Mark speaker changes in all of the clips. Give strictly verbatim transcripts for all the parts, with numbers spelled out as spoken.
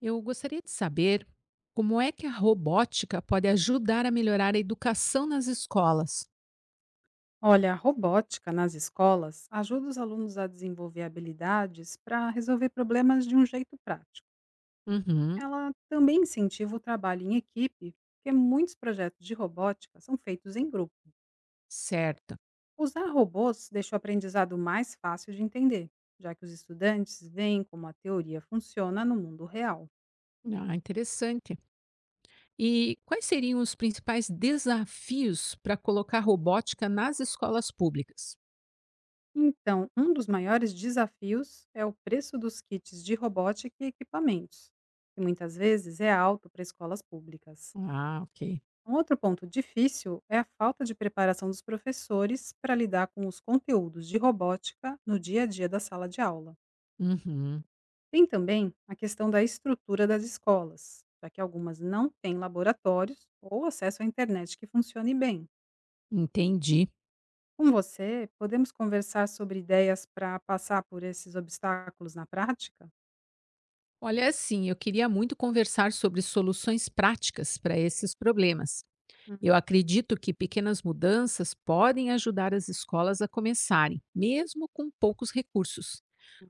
Speaker 1: Eu gostaria de saber como é que a robótica pode ajudar a melhorar a educação nas escolas.
Speaker 2: Olha, a robótica nas escolas ajuda os alunos a desenvolver habilidades para resolver problemas de um jeito prático.
Speaker 1: Uhum,
Speaker 2: Ela também incentiva o trabalho em equipe, porque muitos projetos de robótica são feitos em grupo.
Speaker 1: certo.
Speaker 2: Usar robôs deixa o aprendizado mais fácil de entender, já que os estudantes veem como a teoria funciona no mundo real.
Speaker 1: Ah, interessante. E quais seriam os principais desafios para colocar robótica nas escolas públicas?
Speaker 2: Então, um dos maiores desafios é o preço dos kits de robótica e equipamentos, que muitas vezes é alto para escolas públicas.
Speaker 1: Ah, ok.
Speaker 2: Um outro ponto difícil é a falta de preparação dos professores para lidar com os conteúdos de robótica no dia a dia da sala de aula.
Speaker 1: Uhum,
Speaker 2: Tem também a questão da estrutura das escolas, já que algumas não têm laboratórios ou acesso à internet que funcione bem.
Speaker 1: entendi.
Speaker 2: Com você, podemos conversar sobre ideias para passar por esses obstáculos na prática?
Speaker 1: Olha, assim, eu queria muito conversar sobre soluções práticas para esses problemas. Eu
Speaker 2: Uhum.
Speaker 1: acredito que pequenas mudanças podem ajudar as escolas a começarem, mesmo com poucos recursos.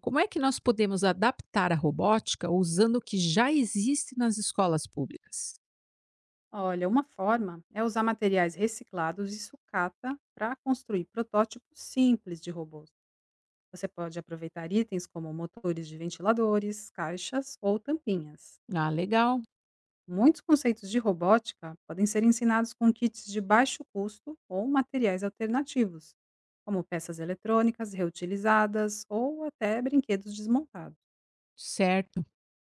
Speaker 1: Como é que nós podemos adaptar a robótica usando o que já existe nas escolas públicas?
Speaker 2: Olha, uma forma é usar materiais reciclados e sucata para construir protótipos simples de robôs. Você pode aproveitar itens como motores de ventiladores, caixas ou tampinhas.
Speaker 1: Ah, legal,
Speaker 2: Muitos conceitos de robótica podem ser ensinados com kits de baixo custo ou materiais alternativos, como peças eletrônicas reutilizadas ou até brinquedos desmontados.
Speaker 1: certo.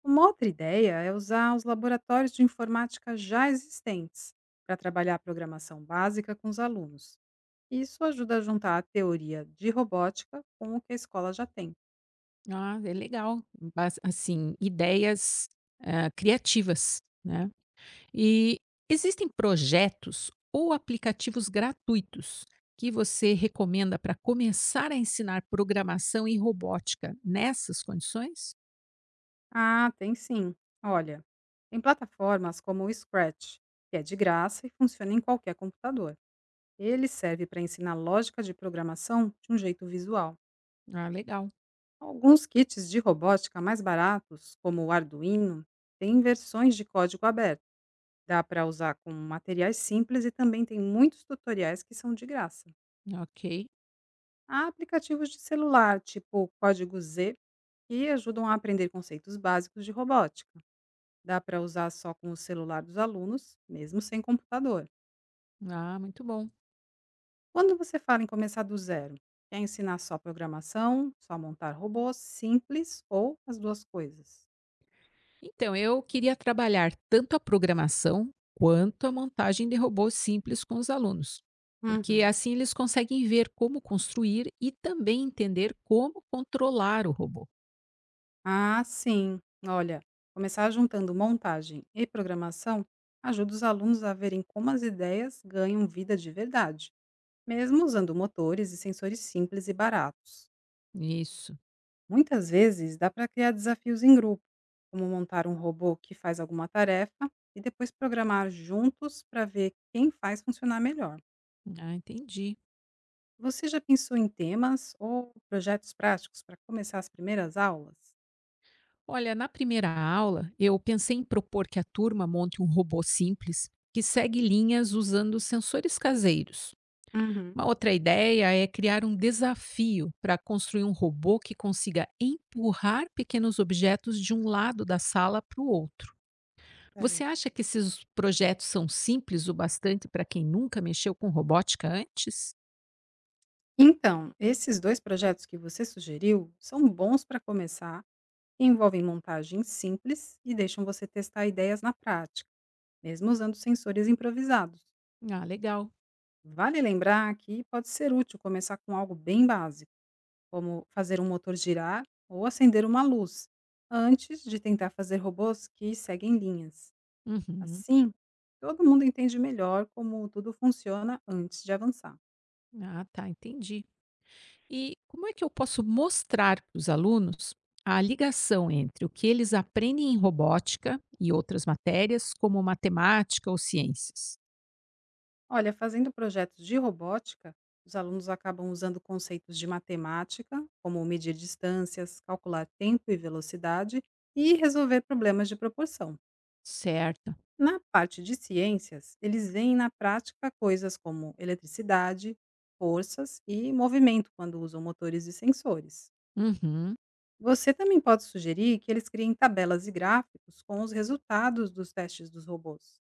Speaker 2: Uma outra ideia é usar os laboratórios de informática já existentes para trabalhar a programação básica com os alunos. Isso ajuda a juntar a teoria de robótica com o que a escola já tem.
Speaker 1: Ah, é legal. Bas- Assim, ideias ah, criativas, né? E existem projetos ou aplicativos gratuitos que você recomenda para começar a ensinar programação e robótica nessas condições?
Speaker 2: Ah, tem sim. Olha, tem plataformas como o Scratch, que é de graça e funciona em qualquer computador. Ele serve para ensinar lógica de programação de um jeito visual.
Speaker 1: Ah, legal.
Speaker 2: Alguns kits de robótica mais baratos, como o Arduino, têm versões de código aberto. Dá para usar com materiais simples e também tem muitos tutoriais que são de graça.
Speaker 1: Ok.
Speaker 2: Há aplicativos de celular, tipo Código Z, que ajudam a aprender conceitos básicos de robótica. Dá para usar só com o celular dos alunos, mesmo sem computador.
Speaker 1: Ah, muito bom.
Speaker 2: Quando você fala em começar do zero, quer ensinar só programação, só montar robôs simples ou as duas coisas?
Speaker 1: Então, eu queria trabalhar tanto a programação quanto a montagem de robôs simples com os alunos, porque
Speaker 2: Uhum.
Speaker 1: assim eles conseguem ver como construir e também entender como controlar o robô.
Speaker 2: Ah, sim. Olha, começar juntando montagem e programação ajuda os alunos a verem como as ideias ganham vida de verdade, mesmo usando motores e sensores simples e baratos.
Speaker 1: Isso.
Speaker 2: Muitas vezes dá para criar desafios em grupo, como montar um robô que faz alguma tarefa e depois programar juntos para ver quem faz funcionar melhor.
Speaker 1: Ah, entendi.
Speaker 2: Você já pensou em temas ou projetos práticos para começar as primeiras aulas?
Speaker 1: Olha, na primeira aula, eu pensei em propor que a turma monte um robô simples que segue linhas usando sensores caseiros.
Speaker 2: Uhum.
Speaker 1: Uma outra ideia é criar um desafio para construir um robô que consiga empurrar pequenos objetos de um lado da sala para o outro. Você
Speaker 2: Certo.
Speaker 1: acha que esses projetos são simples o bastante para quem nunca mexeu com robótica antes?
Speaker 2: Então, esses dois projetos que você sugeriu são bons para começar, envolvem montagens simples e deixam você testar ideias na prática, mesmo usando sensores improvisados.
Speaker 1: Ah, legal.
Speaker 2: Vale lembrar que pode ser útil começar com algo bem básico, como fazer um motor girar ou acender uma luz, antes de tentar fazer robôs que seguem linhas.
Speaker 1: Uhum.
Speaker 2: Assim, todo mundo entende melhor como tudo funciona antes de avançar.
Speaker 1: Ah, tá, entendi. E como é que eu posso mostrar para os alunos a ligação entre o que eles aprendem em robótica e outras matérias, como matemática ou ciências?
Speaker 2: Olha, fazendo projetos de robótica, os alunos acabam usando conceitos de matemática, como medir distâncias, calcular tempo e velocidade e resolver problemas de proporção.
Speaker 1: Certo.
Speaker 2: Na parte de ciências, eles veem na prática coisas como eletricidade, forças e movimento quando usam motores e sensores.
Speaker 1: Uhum.
Speaker 2: Você também pode sugerir que eles criem tabelas e gráficos com os resultados dos testes dos robôs.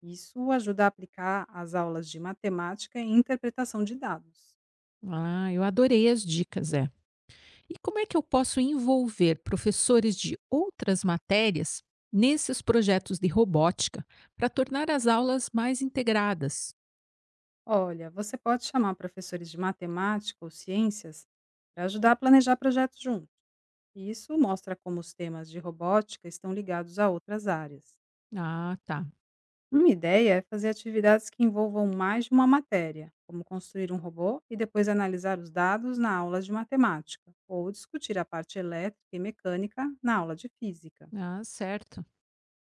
Speaker 2: Isso ajuda a aplicar as aulas de matemática e interpretação de dados.
Speaker 1: Ah, eu adorei as dicas, é. E como é que eu posso envolver professores de outras matérias nesses projetos de robótica para tornar as aulas mais integradas?
Speaker 2: Olha, você pode chamar professores de matemática ou ciências para ajudar a planejar projetos juntos. E isso mostra como os temas de robótica estão ligados a outras áreas.
Speaker 1: Ah, tá.
Speaker 2: Uma ideia é fazer atividades que envolvam mais de uma matéria, como construir um robô e depois analisar os dados na aula de matemática, ou discutir a parte elétrica e mecânica na aula de física.
Speaker 1: Ah, certo.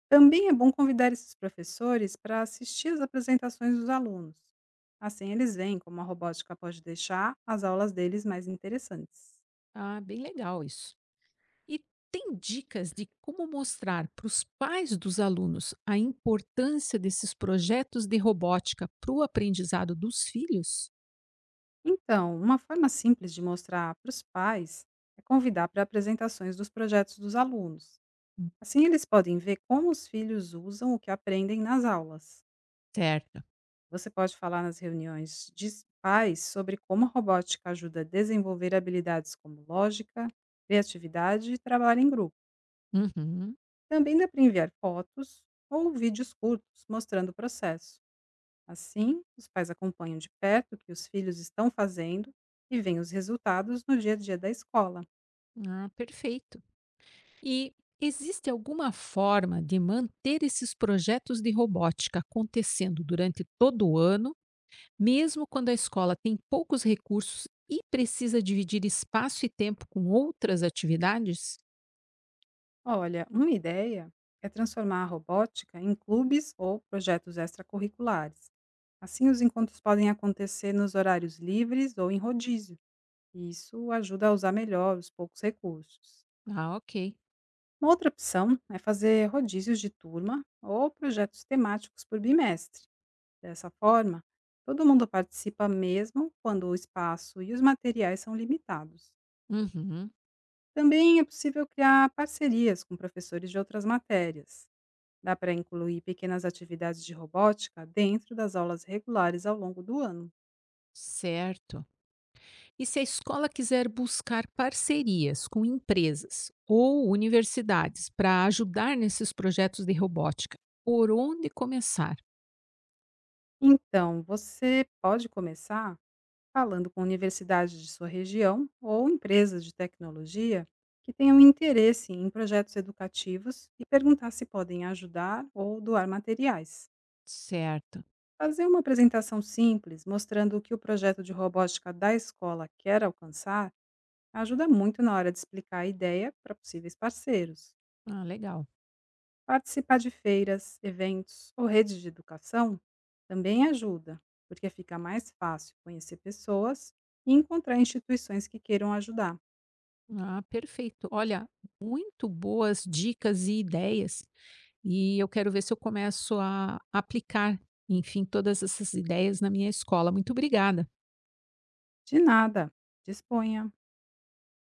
Speaker 2: Também é bom convidar esses professores para assistir às apresentações dos alunos. Assim, eles veem como a robótica pode deixar as aulas deles mais interessantes.
Speaker 1: Ah, bem legal isso. E tem dicas de como mostrar para os pais dos alunos a importância desses projetos de robótica para o aprendizado dos filhos?
Speaker 2: Então, uma forma simples de mostrar para os pais é convidar para apresentações dos projetos dos alunos. Assim, eles podem ver como os filhos usam o que aprendem nas aulas.
Speaker 1: Certo.
Speaker 2: Você pode falar nas reuniões de s- pais sobre como a robótica ajuda a desenvolver habilidades como lógica, criatividade e trabalho em grupo.
Speaker 1: Uhum.
Speaker 2: Também dá para enviar fotos ou vídeos curtos mostrando o processo. Assim, os pais acompanham de perto o que os filhos estão fazendo e veem os resultados no dia a dia da escola.
Speaker 1: Ah, perfeito. E existe alguma forma de manter esses projetos de robótica acontecendo durante todo o ano, mesmo quando a escola tem poucos recursos e precisa dividir espaço e tempo com outras atividades?
Speaker 2: Olha, uma ideia é transformar a robótica em clubes ou projetos extracurriculares. Assim, os encontros podem acontecer nos horários livres ou em rodízio, e isso ajuda a usar melhor os poucos recursos.
Speaker 1: Ah, ok.
Speaker 2: Uma outra opção é fazer rodízios de turma ou projetos temáticos por bimestre. Dessa forma, todo mundo participa mesmo quando o espaço e os materiais são limitados.
Speaker 1: Uhum.
Speaker 2: Também é possível criar parcerias com professores de outras matérias. Dá para incluir pequenas atividades de robótica dentro das aulas regulares ao longo do ano.
Speaker 1: Certo. E se a escola quiser buscar parcerias com empresas ou universidades para ajudar nesses projetos de robótica, por onde começar?
Speaker 2: Então, você pode começar falando com universidades de sua região ou empresas de tecnologia que tenham interesse em projetos educativos e perguntar se podem ajudar ou doar materiais.
Speaker 1: Certo.
Speaker 2: Fazer uma apresentação simples mostrando o que o projeto de robótica da escola quer alcançar ajuda muito na hora de explicar a ideia para possíveis parceiros.
Speaker 1: Ah, legal.
Speaker 2: Participar de feiras, eventos ou redes de educação também ajuda, porque fica mais fácil conhecer pessoas e encontrar instituições que queiram ajudar.
Speaker 1: Ah, perfeito. Olha, muito boas dicas e ideias. E eu quero ver se eu começo a aplicar, enfim, todas essas ideias na minha escola. Muito obrigada.
Speaker 2: De nada, disponha!